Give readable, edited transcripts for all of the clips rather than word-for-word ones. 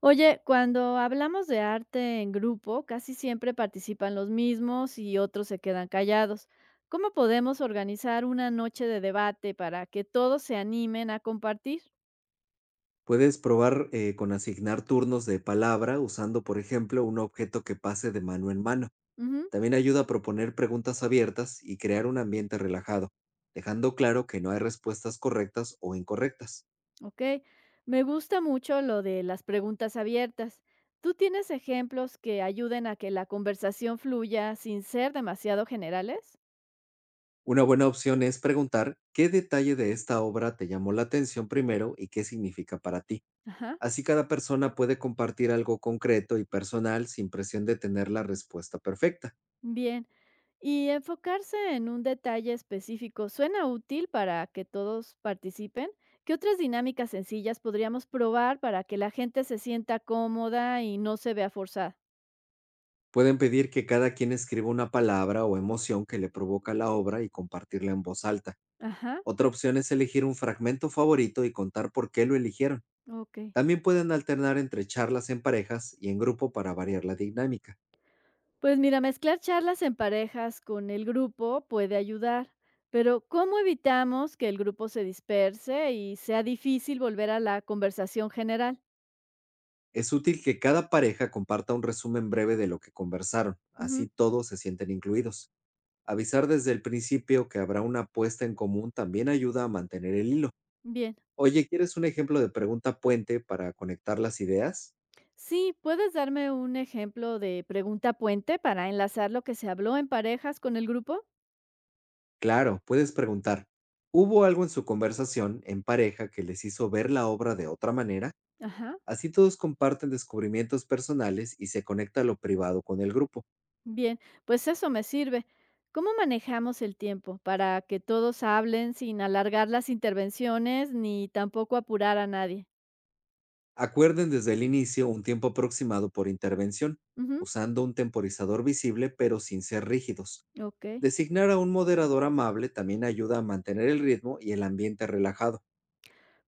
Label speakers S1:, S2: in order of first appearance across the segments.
S1: Oye, cuando hablamos de arte en grupo, casi siempre participan los mismos y otros se quedan callados. ¿Cómo podemos organizar una noche de debate para que todos se animen a compartir?
S2: Puedes probar con asignar turnos de palabra usando, por ejemplo, un objeto que pase de mano en mano.
S1: Ujú,
S2: También ayuda a proponer preguntas abiertas y crear un ambiente relajado, dejando claro que no hay respuestas correctas o incorrectas.
S1: ok. Me gusta mucho lo de las preguntas abiertas. ¿Tú tienes ejemplos que ayuden a que la conversación fluya sin ser demasiado generales?
S2: Una buena opción es preguntar qué detalle de esta obra te llamó la atención primero y qué significa para ti.
S1: Ajá.
S2: Así cada persona puede compartir algo concreto y personal sin presión de tener la respuesta perfecta.
S1: Bien. Y enfocarse en un detalle específico suena útil para que todos participen. ¿Qué otras dinámicas sencillas podríamos probar para que la gente se sienta cómoda y no se vea forzada?
S2: Pueden pedir que cada quien escriba una palabra o emoción que le provoca la obra y compartirla en voz alta.
S1: Ajá,
S2: Otra opción es elegir un fragmento favorito y contar por qué lo eligieron.
S1: ok.
S2: También pueden alternar entre charlas en parejas y en grupo para variar la dinámica.
S1: Pues mira, mezclar charlas en parejas con el grupo puede ayudar, pero ¿cómo evitamos que el grupo se disperse y sea difícil volver a la conversación general?
S2: Es útil que cada pareja comparta un resumen breve de lo que conversaron, así
S1: Ujú,
S2: todos se sienten incluidos. Avisar desde el principio que habrá una apuesta en común también ayuda a mantener el hilo.
S1: bien.
S2: Oye, ¿quieres un ejemplo de pregunta puente para conectar las ideas?
S1: Sí, ¿puedes darme un ejemplo de pregunta puente para enlazar lo que se habló en parejas con el grupo?
S2: Claro, puedes preguntar, ¿hubo algo en su conversación en pareja que les hizo ver la obra de otra manera?
S1: Ajá,
S2: Así todos comparten descubrimientos personales y se conecta lo privado con el grupo.
S1: bien, pues eso me sirve. ¿Cómo manejamos el tiempo para que todos hablen sin alargar las intervenciones ni tampoco apurar a nadie?
S2: Acuerden desde el inicio un tiempo aproximado por intervención,
S1: Ujú,
S2: usando un temporizador visible pero sin ser rígidos.
S1: ok.
S2: Designar a un moderador amable también ayuda a mantener el ritmo y el ambiente relajado.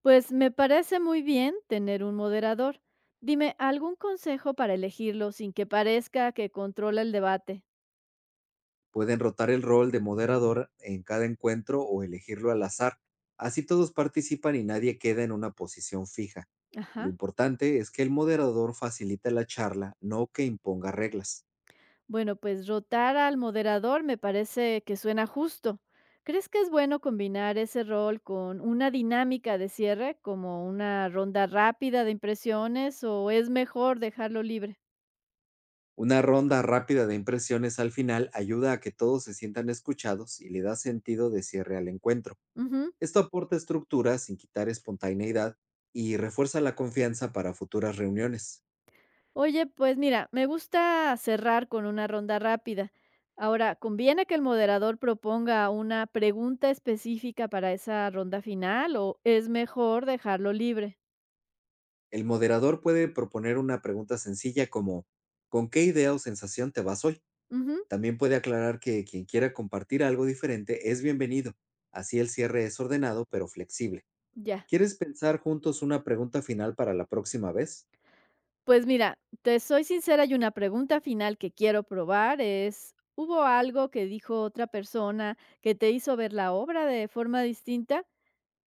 S1: Pues me parece muy bien tener un moderador. Dime, ¿algún consejo para elegirlo sin que parezca que controla el debate?
S2: Pueden rotar el rol de moderador en cada encuentro o elegirlo al azar. Así todos participan y nadie queda en una posición fija. Lo
S1: Ajá.
S2: importante es que el moderador facilite la charla, no que imponga reglas.
S1: Bueno, pues rotar al moderador me parece que suena justo. ¿Crees que es bueno combinar ese rol con una dinámica de cierre, como una ronda rápida de impresiones, o es mejor dejarlo libre?
S2: Una ronda rápida de impresiones al final ayuda a que todos se sientan escuchados y le da sentido de cierre al encuentro.
S1: Ujú.
S2: Esto aporta estructura sin quitar espontaneidad y refuerza la confianza para futuras reuniones.
S1: Oye, pues mira, me gusta cerrar con una ronda rápida. Ahora, ¿conviene que el moderador proponga una pregunta específica para esa ronda final o es mejor dejarlo libre?
S2: El moderador puede proponer una pregunta sencilla como, ¿con qué idea o sensación te vas hoy?
S1: Ujú,
S2: También puede aclarar que quien quiera compartir algo diferente es bienvenido. Así el cierre es ordenado pero flexible.
S1: ya.
S2: ¿Quieres pensar juntos una pregunta final para la próxima vez?
S1: Pues mira, te soy sincera y una pregunta final que quiero probar es, ¿hubo algo que dijo otra persona que te hizo ver la obra de forma distinta?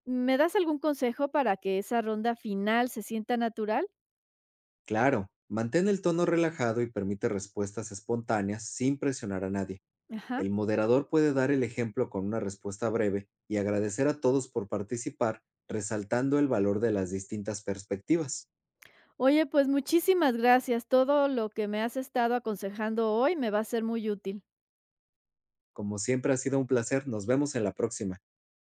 S1: ¿Me das algún consejo para que esa ronda final se sienta natural?
S2: Claro, mantén el tono relajado y permite respuestas espontáneas sin presionar a nadie.
S1: Ajá.
S2: El moderador puede dar el ejemplo con una respuesta breve y agradecer a todos por participar, resaltando el valor de las distintas perspectivas.
S1: Oye, pues muchísimas gracias. Todo lo que me has estado aconsejando hoy me va a ser muy útil.
S2: Como siempre ha sido un placer, nos vemos en la próxima.